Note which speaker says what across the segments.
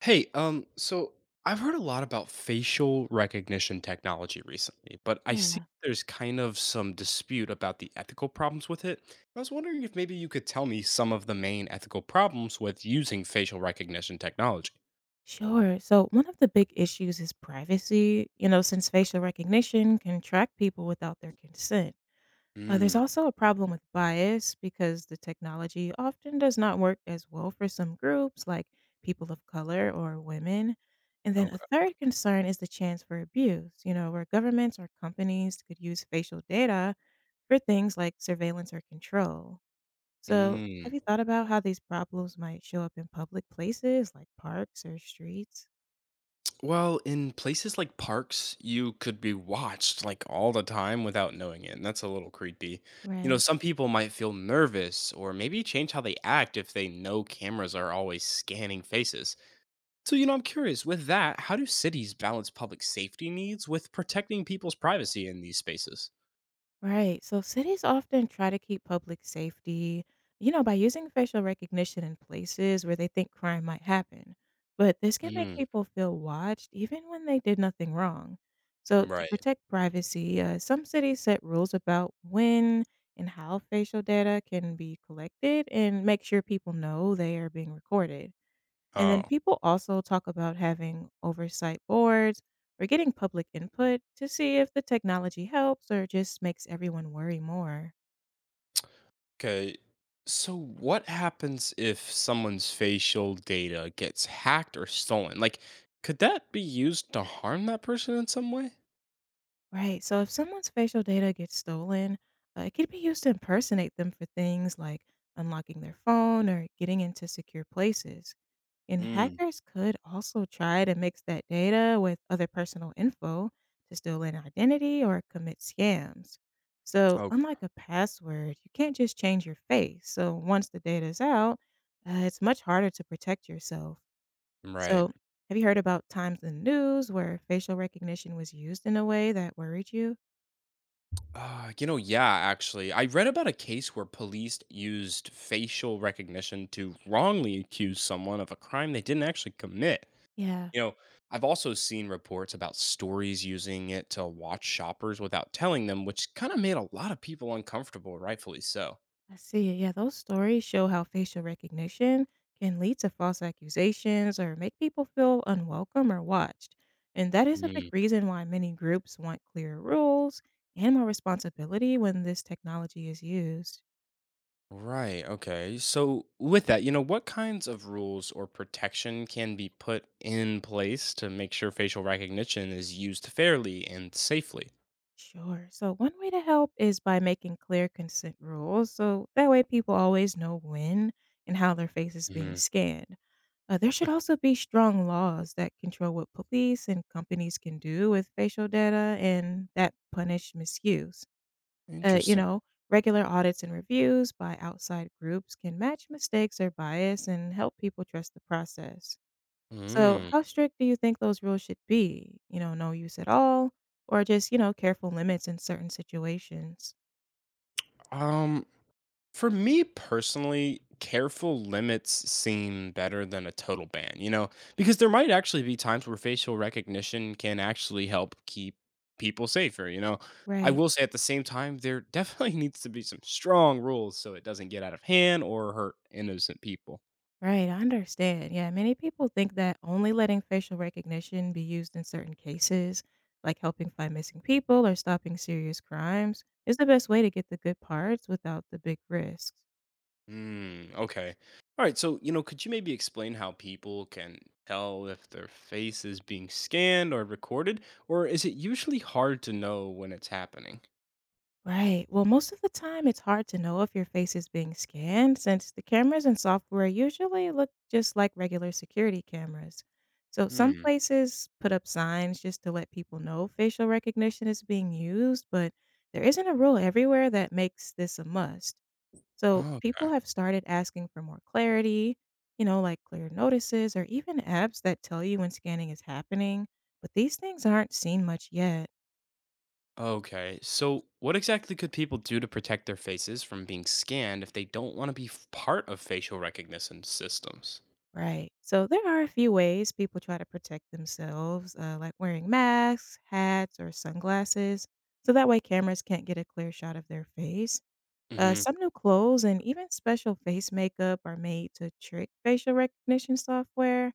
Speaker 1: Hey, so I've heard a lot about facial recognition technology recently, but I see
Speaker 2: Yeah,
Speaker 1: there's kind of some dispute about the ethical problems with it. I was wondering if maybe you could tell me some of the main ethical problems with using facial recognition technology.
Speaker 2: sure. So, one of the big issues is privacy, you know, since facial recognition can track people without their consent. There's
Speaker 1: Mm,
Speaker 2: also a problem with bias because the technology often does not work as well for some groups, like people of color or women. And then a
Speaker 1: okay.
Speaker 2: third concern is the chance for abuse, you know, where governments or companies could use facial data for things like surveillance or control. So,
Speaker 1: Mm.
Speaker 2: have you thought about how these problems might show up in public places like parks or streets?
Speaker 1: Well, in places like parks, you could be watched like all the time without knowing it, and that's a little creepy. You know,
Speaker 2: Right,
Speaker 1: some people might feel nervous or maybe change how they act if they know cameras are always scanning faces. So, you know, I'm curious with that, how do cities balance public safety needs with protecting people's privacy in these spaces?
Speaker 2: right. So cities often try to keep public safety, you know, by using facial recognition in places where they think crime might happen. But this can make
Speaker 1: Mm,
Speaker 2: people feel watched even when they did nothing wrong. So, to
Speaker 1: right.
Speaker 2: protect privacy, some cities set rules about when and how facial data can be collected and make sure people know they are being recorded. And
Speaker 1: Oh,
Speaker 2: then people also talk about having oversight boards or getting public input to see if the technology helps or just makes everyone worry more.
Speaker 1: okay. So, what happens if someone's facial data gets hacked or stolen? Like, could that be used to harm that person in some way?
Speaker 2: Right. So if someone's facial data gets stolen, it could be used to impersonate them for things like unlocking their phone or getting into secure places. And
Speaker 1: Mm.
Speaker 2: hackers could also try to mix that data with other personal info to steal an identity or commit scams. So,
Speaker 1: Oh,
Speaker 2: unlike a password, you can't just change your face. So, once the data is out, it's much harder to protect yourself.
Speaker 1: right.
Speaker 2: So, have you heard about times in the news where facial recognition was used in a way that worried you?
Speaker 1: You know, yeah, actually. I read about a case where police used facial recognition to wrongly accuse someone of a crime they didn't actually commit.
Speaker 2: Yeah.
Speaker 1: You know, I've also seen reports about stories using it to watch shoppers without telling them, which kind of made a lot of people uncomfortable, rightfully so.
Speaker 2: I see. Yeah, those stories show how facial recognition can lead to false accusations or make people feel unwelcome or watched. And that is a big
Speaker 1: Mm.
Speaker 2: reason why many groups want clear rules and more responsibility when this technology is used.
Speaker 1: Right. Okay. So, with that, you know, what kinds of rules or protection can be put in place to make sure facial recognition is used fairly and safely?
Speaker 2: Sure. So, one way to help is by making clear consent rules. So that way, people always know when and how their face is being
Speaker 1: Hmm.
Speaker 2: scanned. There should also be strong laws that control what police and companies can do with facial data and that punish misuse. Uh, you
Speaker 1: Interesting.
Speaker 2: know, regular audits and reviews by outside groups can match mistakes or bias and help people trust the process. So,
Speaker 1: Mm.
Speaker 2: how strict do you think those rules should be? You know, no use at all, or just, you know, careful limits in certain situations?
Speaker 1: Um. For me personally, careful limits seem better than a total ban, you know, because there might actually be times where facial recognition can actually help keep people safer, you know. I
Speaker 2: Right.
Speaker 1: will say at the same time, there definitely needs to be some strong rules so it doesn't get out of hand or hurt innocent people.
Speaker 2: Right, I understand. Yeah, many people think that only letting facial recognition be used in certain cases, like helping find missing people or stopping serious crimes, is the best way to get the good parts without the big risks.
Speaker 1: Mm, okay. All right. So, you know, could you maybe explain how people can tell if their face is being scanned or recorded? Or is it usually hard to know when it's happening?
Speaker 2: Right. Well, most of the time, it's hard to know if your face is being scanned since the cameras and software usually look just like regular security cameras. So, some
Speaker 1: Hmm.
Speaker 2: places put up signs just to let people know facial recognition is being used, but there isn't a rule everywhere that makes this a must. So,
Speaker 1: Oh,
Speaker 2: people
Speaker 1: okay.
Speaker 2: have started asking for more clarity, you know, like clear notices or even apps that tell you when scanning is happening, but these things aren't seen much yet.
Speaker 1: Okay. So, what exactly could people do to protect their faces from being scanned if they don't want to be part of facial recognition systems?
Speaker 2: Right. So there are a few ways people try to protect themselves, like wearing masks, hats, or sunglasses, so that way cameras can't get a clear shot of their face.
Speaker 1: Hmm.
Speaker 2: Some new clothes and even special face makeup are made to trick facial recognition software,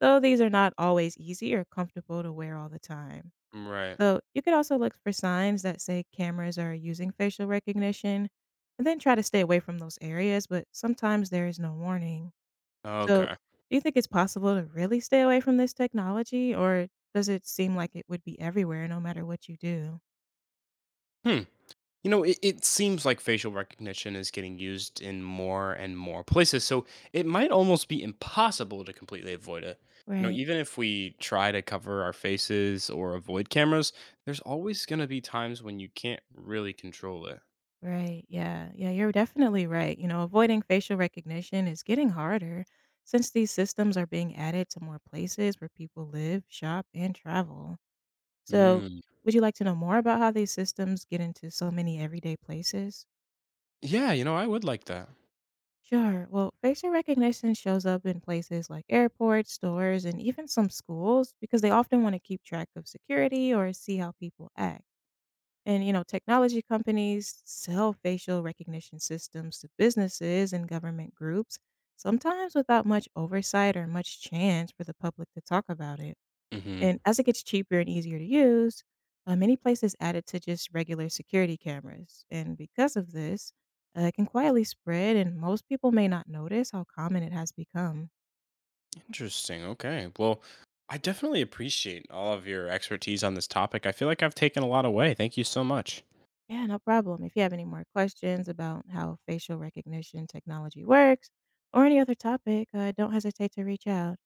Speaker 2: though these are not always easy or comfortable to wear all the time.
Speaker 1: Right.
Speaker 2: So you could also look for signs that say cameras are using facial recognition and then try to stay away from those areas, but sometimes there is no warning. So,
Speaker 1: Okay.
Speaker 2: do you think it's possible to really stay away from this technology, or does it seem like it would be everywhere no matter what you do?
Speaker 1: Hmm. You know, it seems like facial recognition is getting used in more and more places, so it might almost be impossible to completely avoid it. You know,
Speaker 2: Right,
Speaker 1: even if we try to cover our faces or avoid cameras, there's always going to be times when you can't really control it.
Speaker 2: right. Yeah, you're definitely right. You know, avoiding facial recognition is getting harder since these systems are being added to more places where people live, shop, and travel. So,
Speaker 1: Mm.
Speaker 2: would you like to know more about how these systems get into so many everyday places?
Speaker 1: Yeah, you know, I would like that.
Speaker 2: Sure. Well, facial recognition shows up in places like airports, stores, and even some schools because they often want to keep track of security or see how people act. And, you know, technology companies sell facial recognition systems to businesses and government groups, sometimes without much oversight or much chance for the public to talk about it.
Speaker 1: Hmm.
Speaker 2: And as it gets cheaper and easier to use, many places add it to just regular security cameras. And because of this, it can quietly spread, and most people may not notice how common it has become.
Speaker 1: Interesting. Okay. Well, I definitely appreciate all of your expertise on this topic. I feel like I've taken a lot away. Thank you so much.
Speaker 2: Yeah, no problem. If you have any more questions about how facial recognition technology works or any other topic, don't hesitate to reach out.